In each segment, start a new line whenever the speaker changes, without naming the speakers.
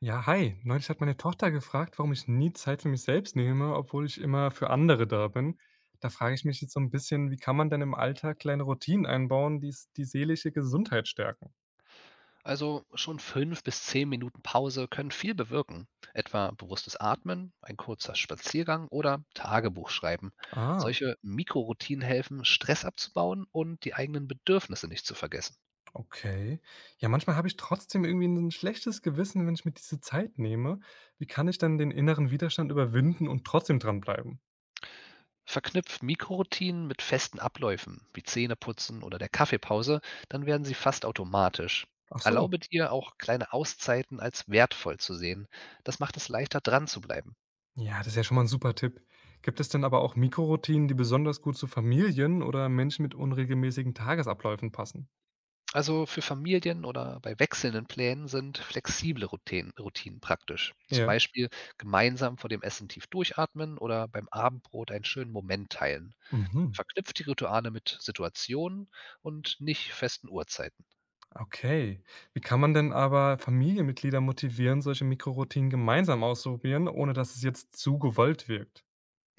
Ja, hi. Neulich hat meine Tochter gefragt, warum ich nie Zeit für mich selbst nehme, obwohl ich immer für andere da bin. Da frage ich mich jetzt so ein bisschen, wie kann man denn im Alltag kleine Routinen einbauen, die seelische Gesundheit stärken?
Also schon 5 bis 10 Minuten Pause können viel bewirken. Etwa bewusstes Atmen, ein kurzer Spaziergang oder Tagebuch schreiben.
Ah,
Solche Mikroroutinen helfen, Stress abzubauen und die eigenen Bedürfnisse nicht zu vergessen.
okay. Ja, manchmal habe ich trotzdem irgendwie ein schlechtes Gewissen, wenn ich mir diese Zeit nehme. Wie kann ich dann den inneren Widerstand überwinden und trotzdem dranbleiben?
Verknüpft Mikroroutinen mit festen Abläufen, wie Zähneputzen oder der Kaffeepause, dann werden sie fast automatisch.
Ach so.
Erlaube dir auch kleine Auszeiten als wertvoll zu sehen. Das macht es leichter dran zu bleiben.
Ja, das ist ja schon mal ein super Tipp. Gibt es denn aber auch Mikroroutinen, die besonders gut zu Familien oder Menschen mit unregelmäßigen Tagesabläufen passen?
Also für Familien oder bei wechselnden Plänen sind flexible Routinen praktisch. Zum
Ja.
Beispiel gemeinsam vor dem Essen tief durchatmen oder beim Abendbrot einen schönen Moment teilen.
Mhm,
Verknüpft die Rituale mit Situationen und nicht festen Uhrzeiten.
okay. Wie kann man denn aber Familienmitglieder motivieren, solche Mikroroutinen gemeinsam auszuprobieren, ohne dass es jetzt zu gewollt wirkt?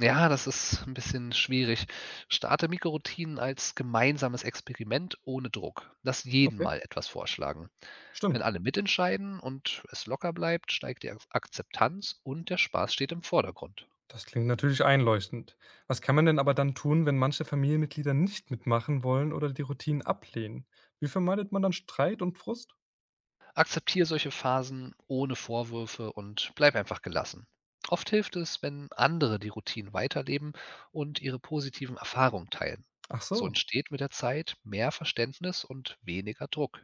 Ja, das ist ein bisschen schwierig. Starte Mikroroutinen als gemeinsames Experiment ohne Druck. Lass jeden
Okay,
mal etwas vorschlagen. Wenn
stimmt.
alle mitentscheiden und es locker bleibt, steigt die Akzeptanz und der Spaß steht im Vordergrund.
Das klingt natürlich einleuchtend. Was kann man denn aber dann tun, wenn manche Familienmitglieder nicht mitmachen wollen oder die Routinen ablehnen? Wie vermeidet man dann Streit und Frust?
Akzeptiere solche Phasen ohne Vorwürfe und bleib einfach gelassen. Oft hilft es, wenn andere die Routinen weiterleben und ihre positiven Erfahrungen teilen.
Ach
So
so.
entsteht mit der Zeit mehr Verständnis und weniger Druck.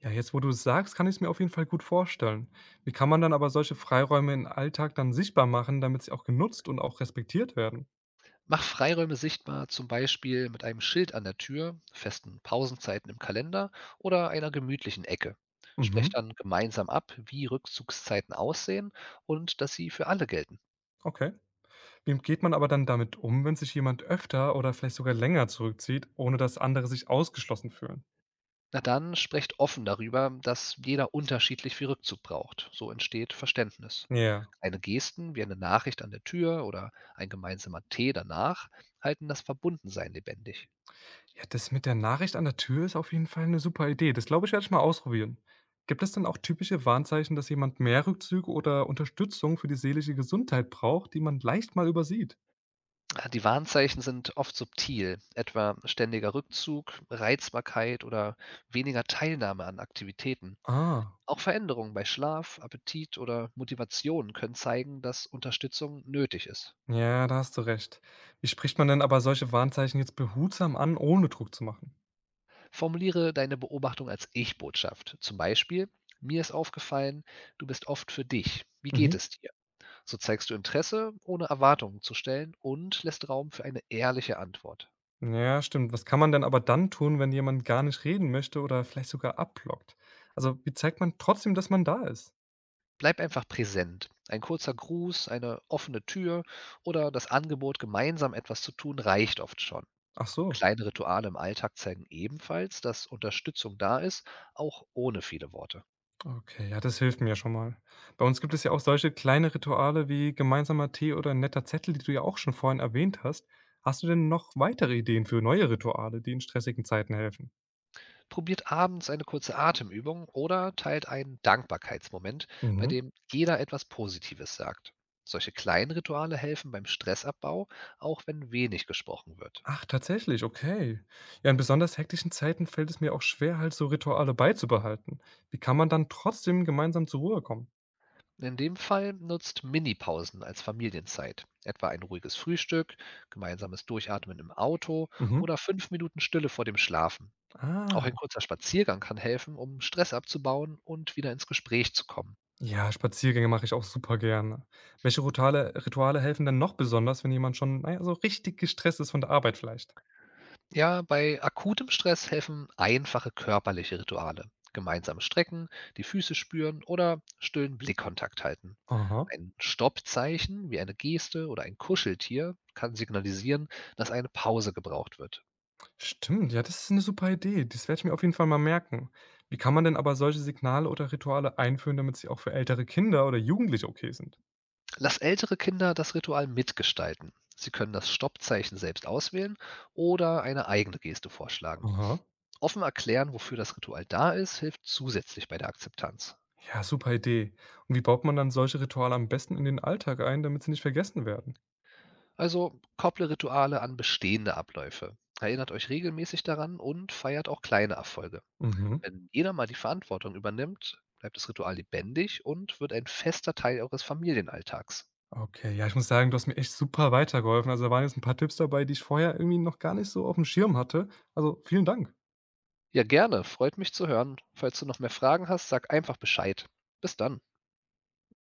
Ja, jetzt wo du es sagst, kann ich es mir auf jeden Fall gut vorstellen. Wie kann man dann aber solche Freiräume im Alltag dann sichtbar machen, damit sie auch genutzt und auch respektiert werden?
Mach Freiräume sichtbar, zum Beispiel mit einem Schild an der Tür, festen Pausenzeiten im Kalender oder einer gemütlichen Ecke. Sprecht
Mhm,
dann gemeinsam ab, wie Rückzugszeiten aussehen und dass sie für alle gelten.
okay. Wie geht man aber dann damit um, wenn sich jemand öfter oder vielleicht sogar länger zurückzieht, ohne dass andere sich ausgeschlossen fühlen?
Na dann sprecht offen darüber, dass jeder unterschiedlich viel Rückzug braucht. So entsteht Verständnis.
Ja.
Kleine Gesten wie eine Nachricht an der Tür oder ein gemeinsamer Tee danach halten das Verbundensein lebendig.
Ja, das mit der Nachricht an der Tür ist auf jeden Fall eine super Idee. Das glaube ich, werde ich mal ausprobieren. Gibt es denn auch typische Warnzeichen, dass jemand mehr Rückzüge oder Unterstützung für die seelische Gesundheit braucht, die man leicht mal übersieht?
Die Warnzeichen sind oft subtil, etwa ständiger Rückzug, Reizbarkeit oder weniger Teilnahme an Aktivitäten.
Ah,
Auch Veränderungen bei Schlaf, Appetit oder Motivation können zeigen, dass Unterstützung nötig ist.
ja, da hast du recht. Wie spricht man denn aber solche Warnzeichen jetzt behutsam an, ohne Druck zu machen?
Formuliere deine Beobachtung als Ich-Botschaft. Zum Beispiel, mir ist aufgefallen, du bist oft für dich. Wie geht
Mhm.
es dir? So zeigst du Interesse, ohne Erwartungen zu stellen und lässt Raum für eine ehrliche Antwort.
Ja, stimmt. Was kann man denn aber dann tun, wenn jemand gar nicht reden möchte oder vielleicht sogar abblockt? Also, wie zeigt man trotzdem, dass man da ist?
Bleib einfach präsent. Ein kurzer Gruß, eine offene Tür oder das Angebot, gemeinsam etwas zu tun, reicht oft schon.
Ach so.
Kleine Rituale im Alltag zeigen ebenfalls, dass Unterstützung da ist, auch ohne viele Worte.
Okay, ja, das hilft mir schon mal. Bei uns gibt es ja auch solche kleine Rituale wie gemeinsamer Tee oder ein netter Zettel, die du ja auch schon vorhin erwähnt hast. Hast du denn noch weitere Ideen für neue Rituale, die in stressigen Zeiten helfen?
Probiert abends eine kurze Atemübung oder teilt einen Dankbarkeitsmoment, bei
Mhm.
dem jeder etwas Positives sagt. Solche kleinen Rituale helfen beim Stressabbau, auch wenn wenig gesprochen wird.
Ach, tatsächlich, okay. Ja, in besonders hektischen Zeiten fällt es mir auch schwer, halt so Rituale beizubehalten. Wie kann man dann trotzdem gemeinsam zur Ruhe kommen?
In dem Fall nutzt Minipausen als Familienzeit, etwa ein ruhiges Frühstück, gemeinsames Durchatmen im Auto
Mhm.
oder 5 Minuten Stille vor dem Schlafen. Auch
Ah,
ein kurzer Spaziergang kann helfen, um Stress abzubauen und wieder ins Gespräch zu kommen.
ja, Spaziergänge mache ich auch super gerne. Welche Rituale helfen denn noch besonders, wenn jemand schon, naja, so richtig gestresst ist von der Arbeit vielleicht?
Ja, bei akutem Stress helfen einfache körperliche Rituale. Gemeinsam strecken, die Füße spüren oder stillen Blickkontakt halten.
Aha,
Ein Stoppzeichen wie eine Geste oder ein Kuscheltier kann signalisieren, dass eine Pause gebraucht wird.
stimmt. Ja, das ist eine super Idee. Das werde ich mir auf jeden Fall mal merken. Wie kann man denn aber solche Signale oder Rituale einführen, damit sie auch für ältere Kinder oder Jugendliche okay sind?
Lass ältere Kinder das Ritual mitgestalten. Sie können das Stoppzeichen selbst auswählen oder eine eigene Geste vorschlagen.
Aha.
Offen erklären, wofür das Ritual da ist, hilft zusätzlich bei der Akzeptanz.
Ja, super Idee. Und wie baut man dann solche Rituale am besten in den Alltag ein, damit sie nicht vergessen werden?
Also kopple Rituale an bestehende Abläufe, erinnert euch regelmäßig daran und feiert auch kleine Erfolge.
Mhm.
Wenn jeder mal die Verantwortung übernimmt, bleibt das Ritual lebendig und wird ein fester Teil eures Familienalltags.
Okay, ja, ich muss sagen, du hast mir echt super weitergeholfen. Also, da waren jetzt ein paar Tipps dabei, die ich vorher irgendwie noch gar nicht so auf dem Schirm hatte. Also, vielen Dank.
Ja, gerne, freut mich zu hören. Falls du noch mehr Fragen hast, sag einfach Bescheid. Bis dann.